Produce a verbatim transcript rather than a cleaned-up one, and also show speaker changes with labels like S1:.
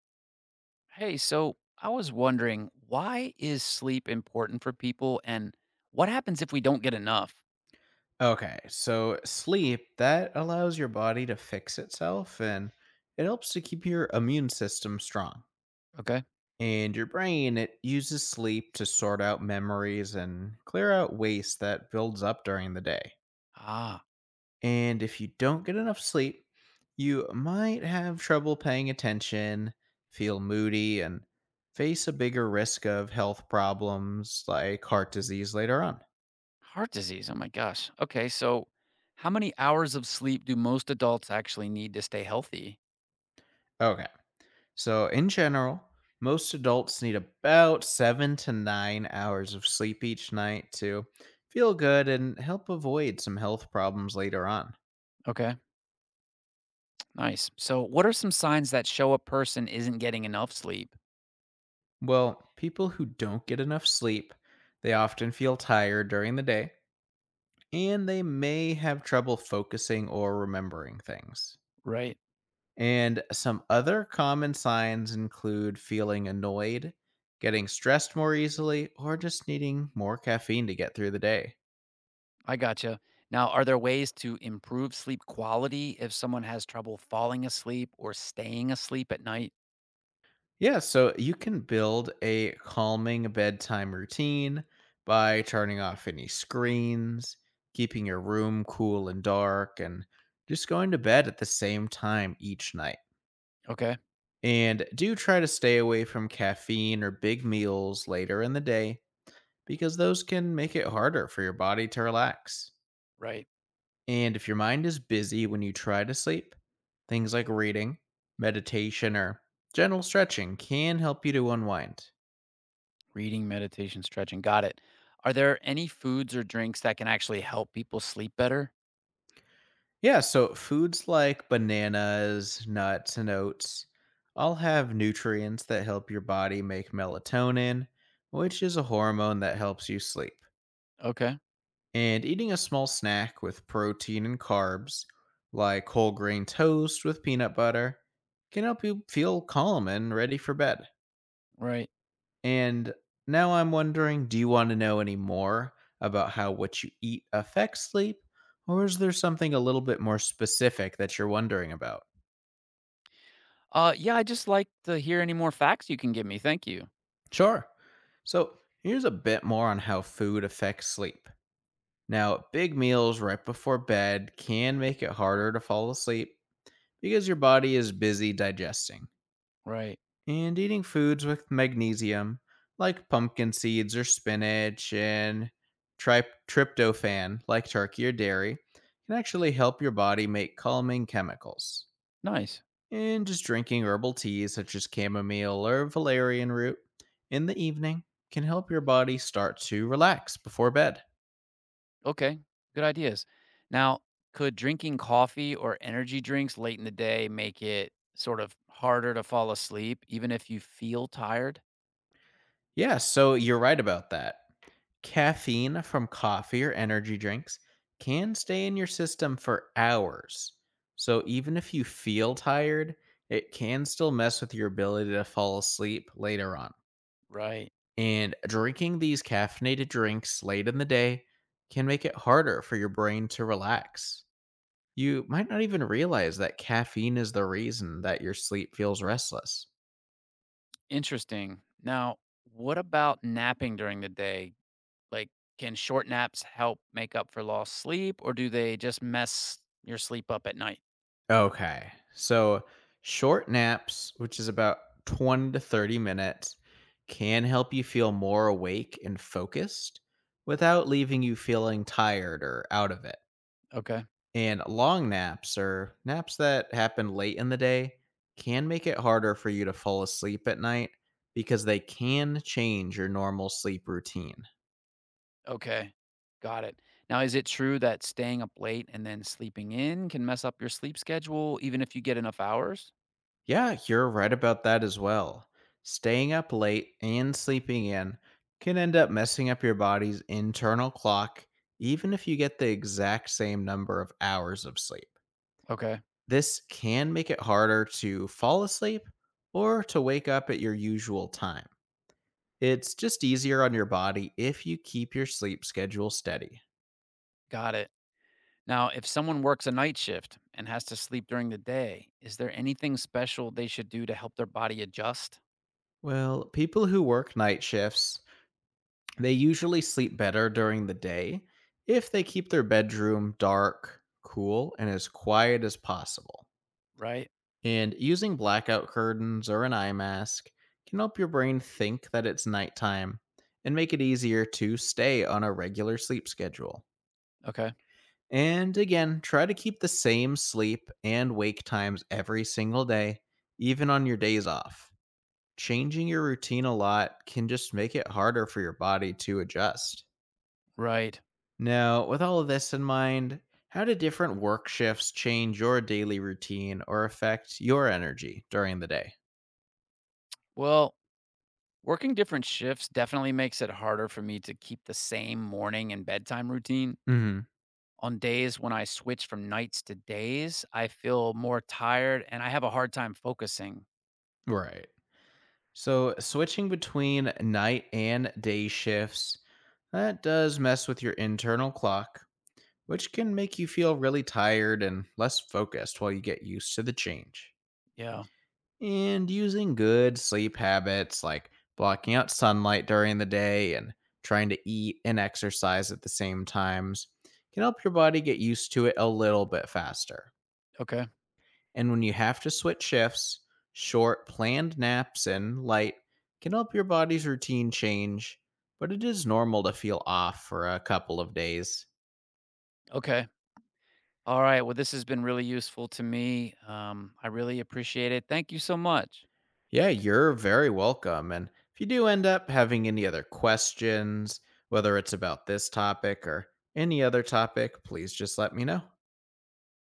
S1: Hey, so I was wondering, why is sleep important for people and what happens if we don't get enough?
S2: Okay, so sleep that allows your body to fix itself and it helps to keep your immune system strong.
S1: Okay.
S2: And your brain, it uses sleep to sort out memories and clear out waste that builds up during the day.
S1: Ah,
S2: And if you don't get enough sleep, you might have trouble paying attention, feel moody, and face a bigger risk of health problems like heart disease later on.
S1: heart disease. Oh my gosh. Okay, so how many hours of sleep do most adults actually need to stay healthy?
S2: Okay. So, in general, most adults need about seven to nine hours of sleep each night to feel good and help avoid some health problems later on.
S1: Okay, nice. So, what are some signs that show a person isn't getting enough sleep?
S2: Well, people who don't get enough sleep, they often feel tired during the day and they may have trouble focusing or remembering things.
S1: Right.
S2: And some other common signs include feeling annoyed, getting stressed more easily, or just needing more caffeine to get through the day.
S1: I gotcha. Now, are there ways to improve sleep quality if someone has trouble falling asleep or staying asleep at night?
S2: Yeah, so you can build a calming bedtime routine by turning off any screens, keeping your room cool and dark, and just going to bed at the same time each night.
S1: Okay,
S2: And do try to stay away from caffeine or big meals later in the day because those can make it harder for your body to relax.
S1: right.
S2: And if your mind is busy when you try to sleep, things like reading, meditation, or gentle stretching can help you to unwind.
S1: Reading, meditation, stretching. Got it. Are there any foods or drinks that can actually help people sleep better?
S2: Yeah, so foods like bananas, nuts, and oats all have nutrients that help your body make melatonin, which is a hormone that helps you sleep.
S1: Okay.
S2: And eating a small snack with protein and carbs, like whole grain toast with peanut butter, can help you feel calm and ready for bed.
S1: Right.
S2: And now I'm wondering, do you want to know any more about how what you eat affects sleep? Or is there something a little bit more specific that you're wondering about?
S1: Uh yeah, I just like to hear any more facts you can give me. Thank you.
S2: Sure. So here's a bit more on how food affects sleep. Now, big meals right before bed can make it harder to fall asleep because your body is busy digesting.
S1: Right.
S2: And eating foods with magnesium, like pumpkin seeds or spinach, and tri- tryptophan, like turkey or dairy, can actually help your body make calming chemicals
S1: Nice.
S2: and just drinking herbal teas such as chamomile or valerian root in the evening can help your body start to relax before bed.
S1: Okay. Good ideas. Now, could drinking coffee or energy drinks late in the day make it sort of harder to fall asleep even if you feel tired?
S2: Yeah, so you're right about that. Caffeine from coffee or energy drinks can stay in your system for hours. So even if you feel tired, it can still mess with your ability to fall asleep later on.
S1: Right.
S2: And drinking these caffeinated drinks late in the day can make it harder for your brain to relax. You might not even realize that caffeine is the reason that your sleep feels restless.
S1: Interesting. Now, what about napping during the day? Like, can short naps help make up for lost sleep, or do they just mess your sleep up at night?
S2: Okay. So, short naps, which is about twenty to thirty minutes, can help you feel more awake and focused without leaving you feeling tired or out of it.
S1: Okay.
S2: And long naps or naps that happen late in the day can make it harder for you to fall asleep at night because they can change your normal sleep routine.
S1: Okay. Got it. Now, is it true that staying up late and then sleeping in can mess up your sleep schedule even if you get enough hours?
S2: Yeah, you're right about that as well. Staying up late and sleeping in can end up messing up your body's internal clock, even if you get the exact same number of hours of sleep.
S1: Okay.
S2: This can make it harder to fall asleep or to wake up at your usual time. It's just easier on your body if you keep your sleep schedule steady.
S1: Got it. Now, if someone works a night shift and has to sleep during the day, is there anything special they should do to help their body adjust?
S2: Well, people who work night shifts, they usually sleep better during the day if they keep their bedroom dark, cool, and as quiet as possible.
S1: Right.
S2: And using blackout curtains or an eye mask can help your brain think that it's nighttime and make it easier to stay on a regular sleep schedule.
S1: Okay.
S2: And again, try to keep the same sleep and wake times every single day, even on your days off. Changing your routine a lot can just make it harder for your body to adjust.
S1: Right.
S2: Now, with all of this in mind, how do different work shifts change your daily routine or affect your energy during the day?
S1: Well, working different shifts definitely makes it harder for me to keep the same morning and bedtime routine.
S2: Hmm.
S1: On days when I switch from nights to days, I feel more tired and I have a hard time focusing.
S2: Right. So, switching between night and day shifts, that does mess with your internal clock, which can make you feel really tired and less focused while you get used to the change.
S1: Yeah.
S2: And using good sleep habits like blocking out sunlight during the day and trying to eat and exercise at the same times can help your body get used to it a little bit faster.
S1: Okay.
S2: And when you have to switch shifts, short planned naps and light can help your body's routine change, but it is normal to feel off for a couple of days.
S1: Okay. All right. Well, this has been really useful to me. Um, I really appreciate it. Thank you so much.
S2: Yeah, you're very welcome. And if you do end up having any other questions, whether it's about this topic or any other topic, please just let me know.